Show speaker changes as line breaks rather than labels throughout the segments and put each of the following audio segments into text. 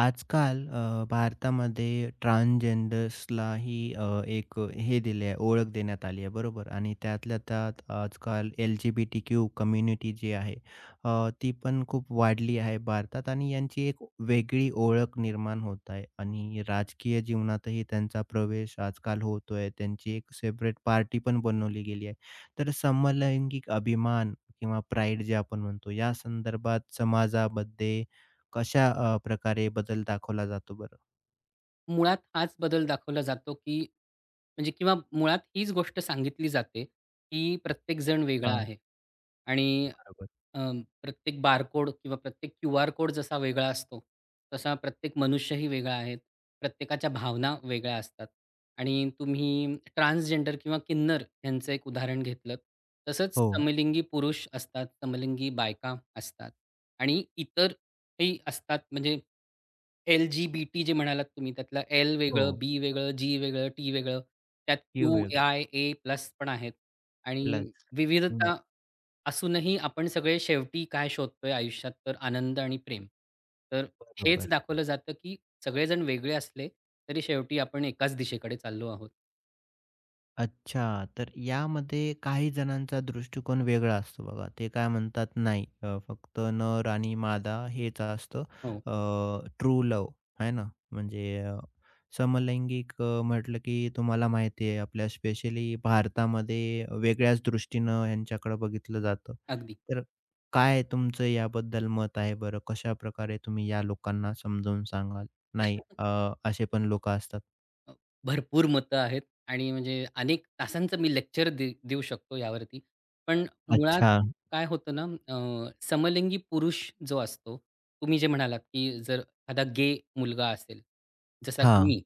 आजकाल भारतामध्ये ट्रान्सजेंडर्सलाही एक हे दिले आहे, ओळख देण्यात आली आहे बरोबर आणि त्यातल्या त्यात आजकाल एल-जी-बी-टी-क्यू कम्युनिटी जी आहे ती पण खूप वाढली आहे भारतात आणि यांची एक वेगळी ओळख निर्माण होत आहे आणि राजकीय जीवनातही त्यांचा प्रवेश आजकाल होतोय. त्यांची एक सेपरेट पार्टी पण बनवली गेली आहे. तर समलैंगिक अभिमान किंवा प्राईड जे आपण म्हणतो या संदर्भात समाजामध्ये कशा प्रकारे बदल दाखवला जातो बरं?
मुळात हाच बदल दाखवला जातो, की म्हणजे किंवा मुळात हीच गोष्ट सांगितली जाते, की प्रत्येक जण वेगळा
हां,
आहे आणि
बरोबर.
अ, प्रत्येक बारकोड किंवा प्रत्येक क्यूआर कोड जसा वेगळा असतो, तसा प्रत्येक मनुष्यही वेगळा आहे. प्रत्येकाच्या भावना वेगळ्या असतात आणि तुम्ही ट्रान्सजेंडर किंवा किन्नर यांचं एक उदाहरण घेतलंत. तसंच
हो.
समलिंगी पुरुष असतात, समलिंगी बायका असतात आणि इतरही असतात म्हणजे एल-जी-बी-टी जे म्हणालात तुम्ही त्यातलं एल
हो,
वेगळं, बी वेगळं, जी वेगळं, टी वेगळं. त्यात
हे
क्यू,
वेगळं.
आय, ए प्लस पण आहेत आणि
प्लस. हं,
विविधता असूनही आपण सगळे शेवटी काय शोधतोय आयुष्यात तर आनंद आणि प्रेम. तर हेच
बरोबर.
दाखवलं जातं, की सगळेजण वेगळे असले तरी शेवटी आपण एकाच दिशेकडे चाललो आहोत.
अच्छा. तर यामध्ये काही जणांचा दृष्टिकोन वेगळा असतो बघा. ते काय म्हणतात नाही फक्त नर आणि मादा हेच असतं.
हो,
ट्रू लव्ह आहे ना? म्हणजे समलैंगिक म्हटलं की तुम्हाला माहिती आहे आपल्या स्पेशली भारतामध्ये वेगळ्याच दृष्टीनं ह्यांच्याकडे बघितलं जातं.
अगदी.
तर काय तुमचं याबद्दल मत आहे बरं? कशाप्रकारे तुम्ही या लोकांना समजावून सांगाल? नाही असे पण लोकं असतात.
अ, भरपूर मतं आहेत आणि म्हणजे अनेक तासांचं मी लेक्चर देऊ शकतो यावरती. पण मुळात
अच्छा.
काय होतं ना, समलिंगी पुरुष जो असतो, तुम्ही जे म्हणालात, की जर एखादा गे मुलगा असेल, जसा की
हां.
मी,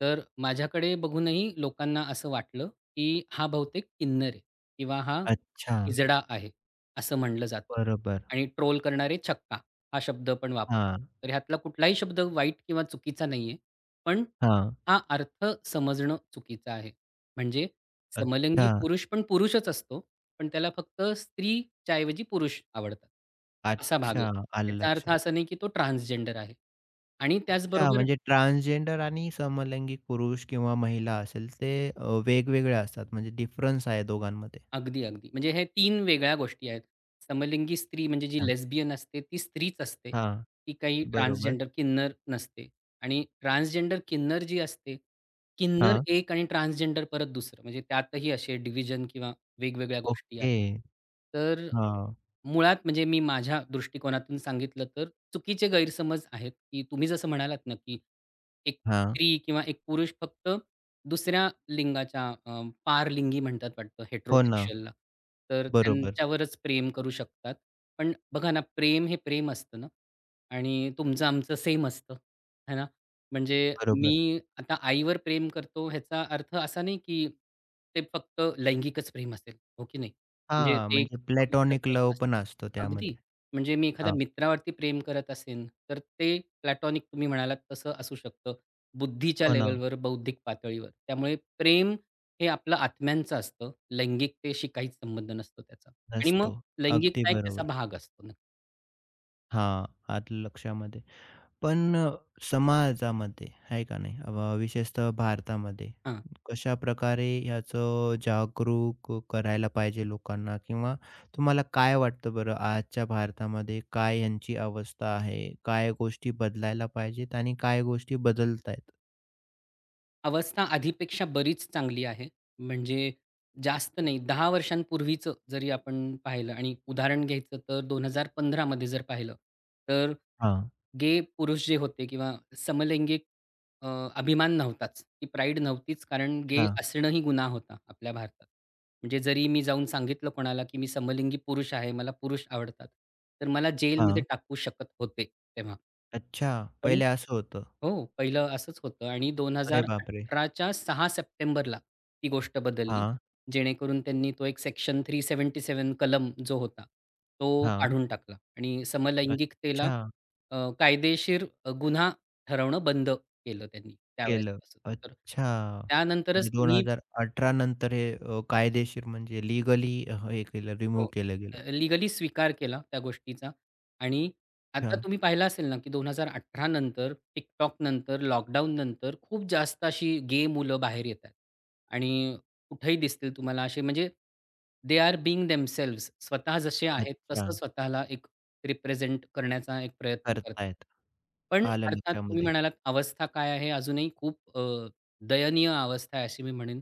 तर माझ्याकडे बघूनही लोकांना असं वाटलं, की हा बहुतेक किन्नर आहे किंवा हा
अच्छा.
हिजडा आहे, असं म्हणलं जातं
बरोबर.
आणि ट्रोल करणारे छक्का हा शब्द पण वापरतात.
हां,
तर ह्यातला कुठलाही शब्द वाईट किंवा चुकीचा नाहीये. पण
हां.
हा अर्थ समजणं चुकीचं आहे. म्हणजे
अच्छा,
समलिंगी पुरुष पण पुरुषच असतो. पण त्याला फक्त स्त्रीच्या ऐवजी पुरुष आवडतात. असा भाग आहे.
अच्छा. आलं
याचा अर्थ
लक्षात.
असा नाही की तो ट्रान्सजेंडर आहे. आणि
अच्छा,
त्याचबरोबर
म्हणजे ट्रान्सजेंडर आणि समलैंगिक पुरुष किंवा महिला असेल ते वेगवेगळे असतात. म्हणजे डिफरन्स आहे दोघांमध्ये.
अगदी, अगदी. म्हणजे हे 3 वेगळ्या गोष्टी आहेत. समलिंगी स्त्री म्हणजे जी
हां,
लेस्बियन असते ती स्त्रीच असते.
हां.
ती काही
बरोबर.
ट्रान्सजेंडर किन्नर नसते आणि ट्रान्सजेंडर किन्नर जी असते, किन्नर
हां.
एक आणि ट्रान्सजेंडर परत दुसरं म्हणजे त्यातही असे डिव्हिजन किंवा वेगवेगळ्या गोष्टी आहेत.
ओके.
तर
हां,
मुळात म्हणजे मी माझ्या दृष्टिकोनातून सांगितलं तर चुकीचे गैरसमज आहेत, की तुम्ही जसं म्हणालात ना, की एक
हां.
स्त्री किंवा एक पुरुष फक्त दुसऱ्या लिंगाच्या पारलिंगी म्हणतात वाटतं
हो ना.
हेटेरोसेक्शुअलला. तर
बरोबर,
त्यांच्यावरच प्रेम करू शकतात. पण बघा ना, प्रेम हे प्रेम असतं ना आणि तुमचं-आमचं सेम असतं, है ना? म्हणजे
बरोबर.
मी आता आईवर प्रेम करतो ह्याचा अर्थ असा नाही, की ते फक्त लैंगिकच प्रेम असेल, हो की नाही? म्हणजे
हां,
ते एक
म्हणजे
पवित्र
प्लॅटॉनिक
प्रेम
लव्ह
असतं.
पण असतो
अगदी.
त्यामध्ये.
म्हणजे मी एखाद्या
हां,
मित्रावरती प्रेम करत असेन, तर ते प्लॅटॉनिक तुम्ही म्हणालात तसं असू शकतं. बुद्धीच्या
हो ना,
लेव्हलवर, बौद्धिक पातळीवर. त्यामुळे प्रेम हे आपलं आत्म्यांचं असतं. लैंगिकतेशी काहीच संबंध नसतो त्याचा आणि मग
असतो. अगदी
लैंगिकता एक त्याचा
बरोबर.
भाग असतो. ना.
हां, आलं लक्षामध्ये. पण समाजामध्ये आहे का नाही, विशेषतः भारतामध्ये
हां.
कशाप्रकारे ह्याचं जागरूक करायला पाहिजे लोकांना किंवा तुम्हाला काय वाटतं बरं आजच्या भारतामध्ये काय ह्यांची अवस्था आहे? काय गोष्टी बदलायला पाहिजेत आणि काय गोष्टी बदलतायेत?
अवस्था आधीपेक्षा बरीच चांगली आहे. म्हणजे जास्त नाही 10 वर्षांपूर्वीचं जरी आपण पाहिलं आणि उदाहरण घ्यायचं तर 2015 मध्ये जर पाहिलं, तर
हां,
गे पुरुष जे होते किंवा समलैंगिक अ, अभिमान नव्हताच. ती प्राईड नव्हतीच कारण गे
अच्छा.
असणंही गुन्हा होता आपल्या भारतात. म्हणजे जरी मी जाऊन सांगितलं कोणाला, की मी समलिंगी पुरुष आहे, मला पुरुष आवडतात, तर मला जेलमध्ये
हां.
टाकू शकत होते तेव्हा.
अच्छा,
पण
पहिले असं होतं.
हो, पहिलं असंच होतं आणि दोन हां.
अरे
हजार
बापरे!
18च्या 6 सप्टेंबरला ती गोष्ट बदलली.
हां.
जेणेकरून त्यांनी तो एक सेक्शन 377 कलम जो होता, तो
हां.
काढून टाकला आणि समलैंगिकतेला
अच्छा,
कायदेशीर गुन्हा ठरवणं बंद केलं त्यांनी
केलं.
त्यावेळेसपासून. तर
अच्छा.
त्यानंतरच
म्हणजे
तुम्ही
2018 नंतर हे कायदेशीर म्हणजे लीगली हे केलं,
हो.
रिमूव्ह केलं गेलं.
लीगली स्वीकार केला त्या गोष्टीचा आणि
अच्छा.
आता तुम्ही पाहिलं असेल ना, की 2018 नंतर, TikTok नंतर, लॉकडाऊन नंतर खूप जास्त अशी गे मुलं बाहेर येत आहेत आणि कुठेही दिसतील तुम्हाला असे म्हणजे दे आर बिंग देमसेल्व्हज स्वतः जसे आहेत
अच्छा.
तसं स्वतःला एक रिप्रेझेंट करण्याचा एक प्रयत्न करतात.
करतायत.
पण
आलं
अर्थात तुम्ही
लक्षामध्ये.
म्हणालात अवस्था काय आहे? अजूनही खूप दयनीय अवस्था आहे अशी मी म्हणेन.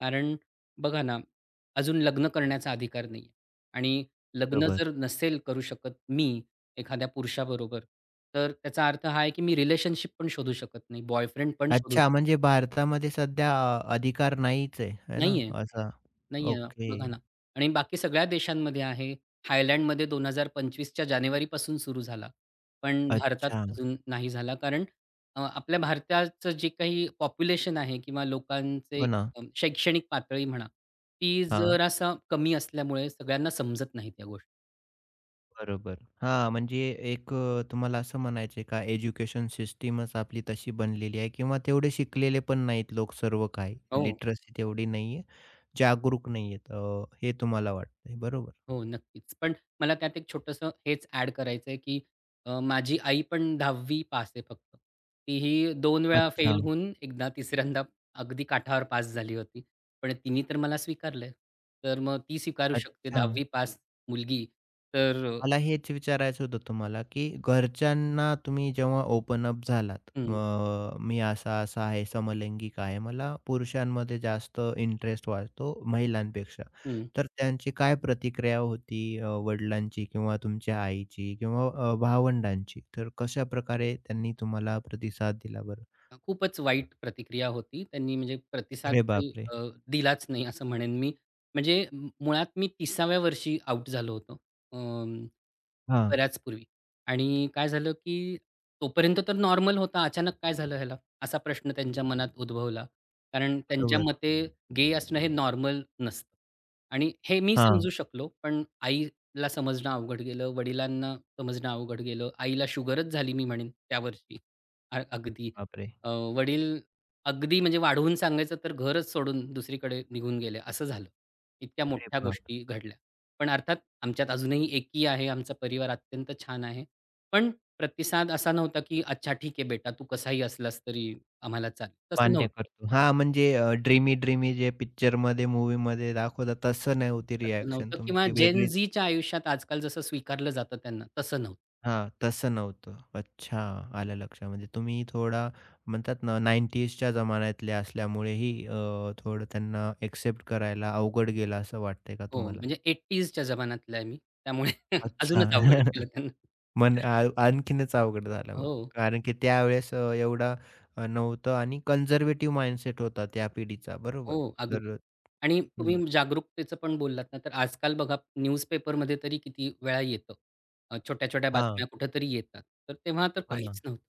कारण बघा ना, अजून लग्न करण्याचा अधिकार नाही. आणि लग्न
बरोबर.
जर नसेल करू शकत मी एखाद्या पुरुषाबरोबर, तर त्याचा अर्थ हा आहे की मी रिलेशनशिप पण शोधू शकत नाही, बॉयफ्रेंड पण शोधू
अच्छा,
शकत
म्हणजे भारतामध्ये सध्या अधिकार नाहीच आहे, है ना?
नाहीये,
असा.
नाहीये
ओके.
बघा ना. आणि बाकी सगळ्या देशांमध्ये आहे. थायलंडमध्ये 2025 च्या जानेवारीपासून सुरू झाला. पण भारतात
अच्छा.
अजून नाही झाला कारण आपल्या भारताचं जे काही पॉप्युलेशन आहे किंवा लोकांचे
हो ना.
शैक्षणिक पातळी म्हणा, ती
हां.
जरासा कमी असल्यामुळे सगळ्यांना समजत नाहीत या गोष्टी.
बरोबर. हां, म्हणजे एक तुम्हाला असं म्हणायचं का एज्युकेशन सिस्टमच आपली तशी बनलेली आहे किंवा तेवढे शिकलेले पण नाहीत लोक सर्व काही.
हो.
लिटरसी तेवढी नाहीये, जागरूक नाहीयेत. हे तुम्हाला वाटतंय. बरोबर.
हो, नक्कीच. पण मला त्यात एक छोटंसं हेच ॲड करायचंय, की माझी आई पण 10वी पास आहे फक्त. तीही दोन वेळा
अच्छा,
फेल होऊन एकदा तिसऱ्यांदा अगदी काठावर पास झाली होती. पण तिनी तर मला स्वीकारलंय. तर मग ती स्वीकारू शकते
अच्छा.
10वी पास मुलगी तर
मला हेच विचारायचं होतं तुम्हाला, की घरच्यांना तुम्ही जेव्हा ओपन अप झालात,
हं,
मी असा-असा आहे, समलैंगिक आहे, मला पुरुषांमध्ये जास्त इंटरेस्ट वाटतो महिलांपेक्षा.
हं.
तर त्यांची काय प्रतिक्रिया होती वडिलांची किंवा तुमच्या आईची किंवा भावंडांची? तर कशाप्रकारे त्यांनी तुम्हाला प्रतिसाद दिला बरं?
खूपच वाईट प्रतिक्रिया होती. त्यांनी म्हणजे प्रतिसाद
अरे
काही
बापरे!
दिलाच नाही असं म्हणेन मी. म्हणजे मुळात मी 30व्या वर्षी आउट झालो होतो. अं,
हां,
बऱ्याच पूर्वी आणि काय झालं, की तोपर्यंत तर नॉर्मल होता. अचानक काय झालं ह्याला? असा प्रश्न त्यांच्या मनात उद्भवला. कारण त्यांच्या
बरोबर.
मते गे असणं हे नॉर्मल नसतं आणि हे मी
हां,
समजू शकलो. पण आईला समजणं अवघड गेलं, वडिलांना समजणं अवघड गेलं. आईला शुगरच झाली मी म्हणेन त्या वर्षी. अगदी.
बापरे!
अ, वडील अगदी म्हणजे वाढवून सांगायचं तर घरच सोडून दुसरीकडे निघून गेले असं झालं. इतक्या
अरे
मोठ्या
बाप!
गोष्टी घडल्या. पण अर्थात आमच्यात अजूनही एकी आहे. आमचा परिवार अत्यंत छान आहे. पण प्रतिसाद असा नव्हता, की "अच्छा ठीक आहे बेटा, तू कसाही असलास तरी आम्हाला चालेल." तसं
मान्य
नव्हतं.
करतो. हां, म्हणजे ड्रीमी ड्रीमी जे पिक्चरमध्ये, मूव्हीमध्ये दाखवतात तसं नव्हती
तसं
रिएक्शन
नव्हतं किंवा
तुमची
जेन
वेगळीच
झीच्या आयुष्यात आजकाल जसं स्वीकारलं जातं त्यांना तसं नव्हतं.
हां, तसं नव्हतं. अच्छा, आलं लक्षात. म्हणजे तुम्ही थोडा म्हणतात ना 90sच्या जमान्यातले असल्यामुळेही थोडं त्यांना एक्सेप्ट करायला अवघड गेलं असं वाटतंय का
हो,
तुम्हाला?
म्हणजे 80च्या जमान्यातला आहे मी. त्यामुळे
अच्छा.
अजूनच अवघड केलं त्यांना.
मन आणखीनच अवघड झालं मग.
हो.
कारण की त्यावेळेस एवढा नव्हतं आणि कन्झर्व्हेटिव्ह माइंडसेट होता त्या पिढीचा बरोबर.
हो, अगदी.
तर
आणि
हं,
तुम्ही जागरूकतेचं पण बोललात ना, तर आजकाल बघा न्यूजपेपरमध्ये तरी किती वेळा येतं. छोट्या-छोट्या
हां.
बातम्या कुठेतरी येतात. तर तेव्हा तर
हो ना.
काहीच नव्हतं.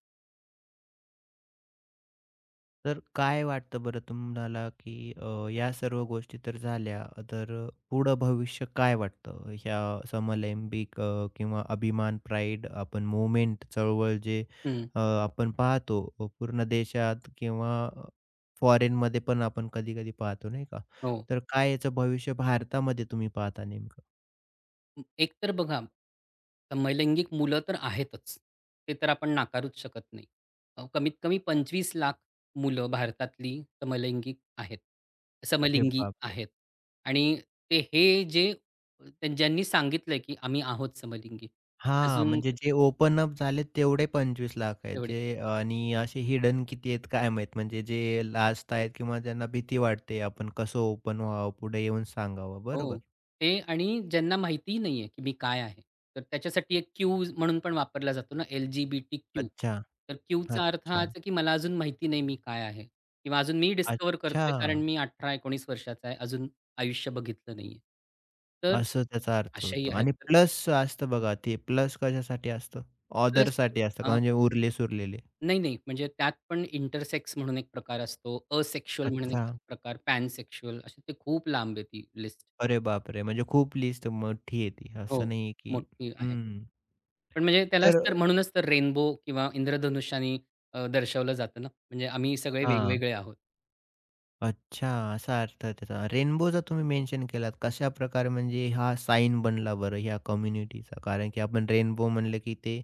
तर काय वाटतं बरं तुम्हाला, की या सर्व गोष्टी तर झाल्या, तर पुढं भविष्य काय वाटतं? ह्या समलैंगिक किंवा अभिमान, प्राईड आपण मूव्हमेंट चळवळ जे
हं,
आपण पाहतो पूर्ण देशात किंवा फॉरेनमध्ये पण आपण कधी-कधी पाहतो नाही का?
हो.
तर काय याचं भविष्य भारतामध्ये तुम्ही पाहता नेमकं?
एक तर बघा, समलैंगिक मुलं तर आहेतच. ते तर आपण नाकारूच शकत नाही. कमीत कमी 25,00,000 मुलं भारतातली समलैंगिक आहेत.
अरे
समलिंगी
बापरे!
आहेत. आणि ते हे जे ज्यांनी सांगितलंय, की आम्ही आहोत समलिंगी.
हां,
अजून
म्हणजे जे ओपन अप झालेत तेवढे 25,00,000 आहेत.
तेवढे.
जे आणि असे हिडन किती आहेत काय माहीत? म्हणजे जे लाजत आहेत किंवा ज्यांना भीती वाटते, आपण कसं ओपन व्हावं, पुढे येऊन सांगावं, बरोबर.
हो. ते आणि ज्यांना माहितीही नाहीये, की मी काय आहे. तर त्याच्यासाठी एक क्यू म्हणून पण वापरला जातो ना, एल-जी-बी-टी-क्यू.
अच्छा,
तर क्यूचा अर्थ
अच्छा,
हाच आहे, की मला अजून माहिती नाही मी काय आहे किंवा अजून मी डिस्कव्हर
अच्छा.
करतोय कारण मी 18-19 वर्षाचा आहे. अजून आयुष्य बघितलं नाहीये. तर
असं त्याचा अर्थ
अशाही
होतो
आहेत.
आणि
तर
प्लस असतं बघा, ते प्लस कशासाठी असतं?
प्लस
ऑदरसाठी असतं का? म्हणजे उरले-सुरलेले?
नाही, नाही. म्हणजे त्यात पण इंटरसेक्स म्हणून एक प्रकार असतो. असेक्शुअल म्हणून एक
अच्छा.
प्रकार, पॅनसेक्शुअल असे ते खूप लांब आहे ती लिस्ट.
अरे बापरे! म्हणजे खूप लिस्ट मोठी आहे ती, असं
हो,
नाही की
मोठी आहे.
हं.
पण म्हणजे त्यालाच
तर
तर म्हणूनच तर रेनबो किंवा इंद्रधनुष्याने दर्शवलं जातं ना, म्हणजे आम्ही सगळे वेगवेगळे आहोत.
अच्छा, असा अर्थ आहे त्याचा. रेनबोचा तुम्ही मेन्शन केलात. कशाप्रकारे म्हणजे हा साईन बनला बरं ह्या कम्युनिटीचा? कारण की आपण रेनबो म्हणलं की ते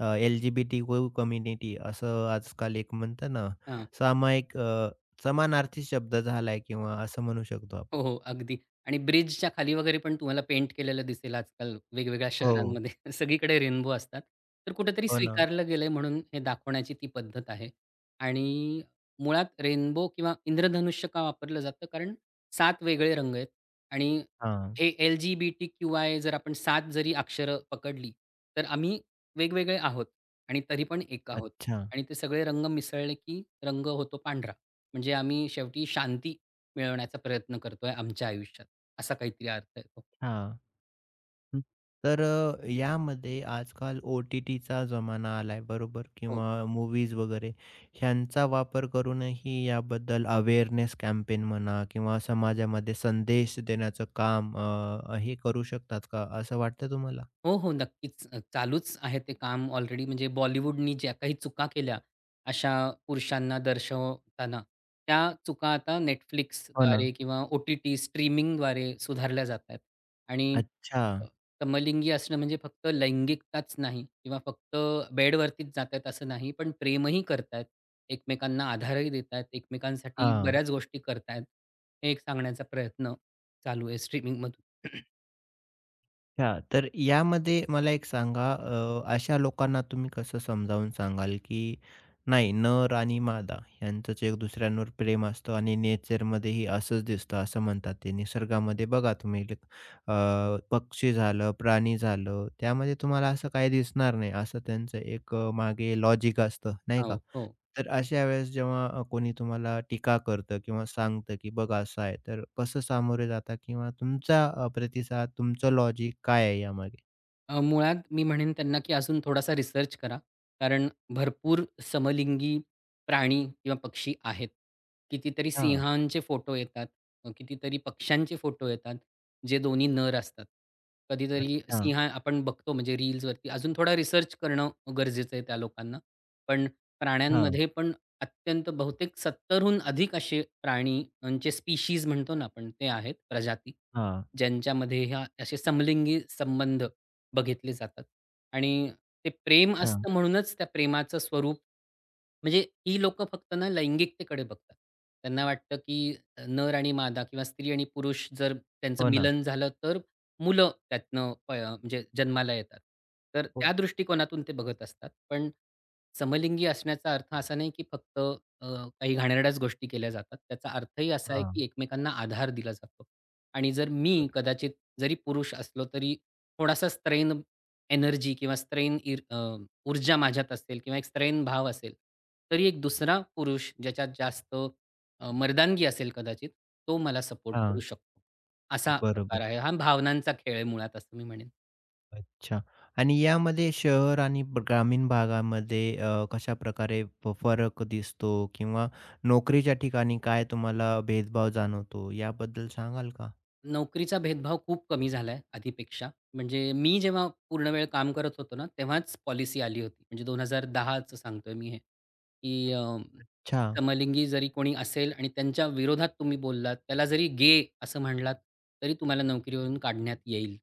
एल-जी-बी-टी-क्यू कम्युनिटी असं आजकाल एक म्हणतात ना, सामायिक समानार्थी शब्द झालाय किंवा असं म्हणू शकतो
हो,
आपण.
हो. अगदी आणि ब्रिजच्या खाली वगैरे पण तुम्हाला पेंट केलेलं दिसेल आजकाल वेगवेगळ्या
हो.
शहरांमध्ये. सगळीकडे रेनबो असतात. तर कुठेतरी हं.
हो ना.
स्वीकारलं गेलंय म्हणून हे दाखवण्याची ती पद्धत आहे. आणि मुळात रेनबो किंवा इंद्रधनुष्य का वापरलं जातं? कारण 7 वेगळे रंग आहेत आणि
हां.
हे एल-जी-बी-टी-क्यू-आय जर आपण 7 जरी अक्षरं पकडली, तर आम्ही वेगवेगळे आहोत आणि तरी पण एक आहोत
अच्छा.
आणि ते सगळे रंग मिसळले की रंग होतो पांढरा. म्हणजे आम्ही शेवटी शांती मिळवण्याचा प्रयत्न करतोय आमच्या आयुष्यात, असा काहीतरी अर्थ आहे तो.
हां. हं. तर यामध्ये आजकाल ओ-टी-टीचा जमाना आलाय बरोबर
हो,
किंवा मूव्हीज वगैरे ह्यांचा वापर करूनही याबद्दल अवेअरनेस कॅम्पेन म्हणा किंवा समाजामध्ये संदेश देण्याचं काम हे करू शकतात का असं वाटतं तुम्हाला?
हो, हो. नक्कीच. चालूच आहे ते काम ऑलरेडी म्हणजे बॉलिवूडनी ज्या काही चुका केल्या अशा पुरुषांना दर्शवताना, त्या चुका आता
हो ना.
Netflixद्वारे किंवा ओ-टी-टी स्ट्रीमिंगद्वारे सुधारल्या जात आहेत. आणि
अच्छा.
अ, समलिंगी असणं म्हणजे फक्त लैंगिकताच नाही किंवा फक्त बेडवरतीच जात आहेत असं नाही, पण प्रेमही करत एकमेकांना आधारही देत एकमेकांसाठी
हां.
बऱ्याच गोष्टी करत हे एक सांगण्याचा प्रयत्न चालू आहे स्ट्रीमिंगमधून.
हां, तर यामध्ये मला एक सांगा अशा लोकांना तुम्ही कसं समजावून सांगाल, की नाही नर आणि मादा यांचंच एक दुसऱ्यांवर प्रेम असतं आणि नेचरमध्येही असंच दिसतं असं म्हणतात ते. निसर्गामध्ये बघा तुम्ही पक्षी झालं, प्राणी झालं त्यामध्ये तुम्हाला असं काही दिसणार नाही. असं त्यांचं एक मागे लॉजिक असतं नाही का?
हो, हो.
तर अशा वेळेस जेव्हा कोणी तुम्हाला टीका करतं किंवा सांगतं, की बघ असं आहे, तर कसं सामोरे जाता किंवा तुमचा प्रतिसाद, तुमचं लॉजिक काय आहे यामागे?
मुळात मी म्हणेन त्यांना, की अजून थोडासा रिसर्च करा. कारण भरपूर समलिंगी प्राणी किंवा पक्षी आहेत. कितीतरी
हां,
सिंहांचे फोटो येतात, कितीतरी पक्ष्यांचे फोटो येतात, जे दोन्ही नर असतात. कधीतरी
अच्छा.
सिंह आपण बघतो म्हणजे रील्सवरती. अजून थोडा रिसर्च करणं गरजेचं आहे त्या लोकांना. पण
हां,
प्राण्यांमध्ये पण अत्यंत बहुतेक 70 अधिक असे प्राणीचे स्पीशीज म्हणतो ना आपण, ते आहेत प्रजाती.
हां,
ज्यांच्यामध्ये ह्या असे समलिंगी संबंध बघितले जातात आणि ते प्रेम
अच्छा.
असतं म्हणूनच त्या प्रेमाचं स्वरूप म्हणजे ही लोकं फक्त ना लैंगिकतेकडे बघतात. त्यांना वाटतं, की नर आणि मादा किंवा स्त्री आणि पुरुष जर त्यांचं
हो ना.
मिलन झालं, तर मुलं त्यातनं म्हणजे जन्माला येतात. तर त्या
हो.
दृष्टिकोनातून ते बघत असतात. पण समलिंगी असण्याचा अर्थ असा नाही, की फक्त अ, काही घाणेरड्याच गोष्टी केल्या जातात. त्याचा अर्थही असा आहे,
हां,
की एकमेकांना आधार दिला जातो आणि जर मी कदाचित जरी पुरुष असलो तरी थोडासा स्ट्रेन एनर्जी किंवा स्ट्रेन ऊर्जा माझ्यात असेल किंवा एक स्ट्रेन भाव असेल, तरी एक दुसरा पुरुष ज्याच्यात जास्त मर्दानगी असेल कदाचित, तो मला सपोर्ट करू
हां.
शकतो. असा प्रकार
बरोबर.
आहे. हा भावनांचा खेळ आहे मुळात असं मी म्हणेन.
अच्छा. आणि यामध्ये शहर आणि ग्रामीण भागामध्ये कशाप्रकारे फरक दिसतो किंवा नोकरीच्या ठिकाणी काय तुम्हाला भेदभाव जाणवतो याबद्दल सांगाल का?
नोकरीचा भेदभाव खूप कमी झालाय आधीपेक्षा. म्हणजे मी जेव्हा पूर्णवेळ काम करत होतो ना, तेव्हाच पॉलिसी आली होती. म्हणजे 2010चं सांगतोय मी हे, की
अच्छा,
समलिंगी जरी कोणी असेल आणि त्यांच्या विरोधात तुम्ही बोललात, त्याला जरी गे असं म्हणलात, तरी तुम्हाला नोकरीवरून काढण्यात येईल.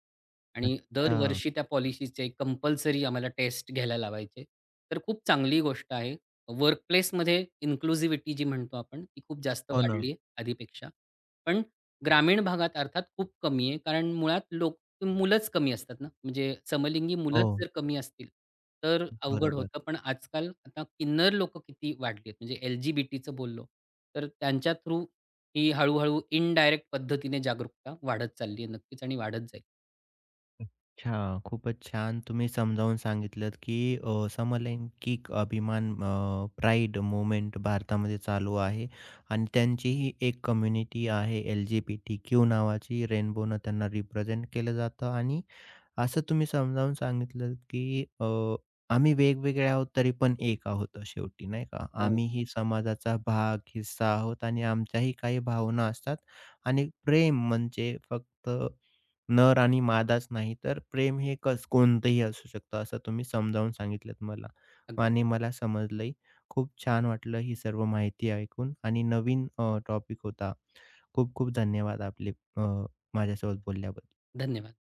आणि
अच्छा.
दरवर्षी त्या पॉलिसीचे कंपल्सरी आम्हाला टेस्ट घ्यायला लावायचे. तर खूप चांगली गोष्ट आहे. वर्कप्लेसमध्ये इन्क्लुझिव्हिटी जी म्हणतो आपण, ती खूप जास्त
हो ना.
वाढली आहे आधीपेक्षा. पण ग्रामीण भागात अर्थात खूप कमी आहे. कारण मुळात लोक मुलंच कमी असतात ना, म्हणजे समलिंगी मुलंच
हो.
जर कमी असतील, तर अवघड
बरोबर.
होतं. पण आजकाल आता किन्नर लोकं किती वाढली आहेत. म्हणजे एल-जी-बी-टीचं बोललो, तर त्यांच्या थ्रू ही हळू-हळू इनडायरेक्ट पद्धतीने जागरूकता वाढत चालली आहे नक्कीच आणि वाढत जाईल.
अच्छा, खूपच छान तुम्ही समजावून सांगितलंत, की समलैंगिक अभिमान प्राईड मूव्हमेंट भारतामध्ये चालू आहे आणि त्यांचीही एक कम्युनिटी आहे एल-जी-बी-टी-क्यू नावाची. रेनबोनं त्यांना रिप्रेझेंट केलं जातं आणि असं तुम्ही समजावून सांगितलं, की आम्ही वेगवेगळे आहोत तरी पण एक आहोत शेवटी नाही का?
हो.
आम्हीही समाजाचा भाग, हिस्सा आहोत आणि आमच्याही काही भावना असतात आणि प्रेम म्हणजे फक्त नर आणि मादाच नाही, तर प्रेम हे कस कोणतंही असू शकतं असं तुम्ही समजावून सांगितलत मला
अगदी.
आणि मला समजलंही. खूप छान वाटलं ही सर्व माहिती ऐकून आणि नवीन टॉपिक होता. खूप खूप धन्यवाद आपले अ, माझ्यासोबत बोलल्याबद्दल.
धन्यवाद.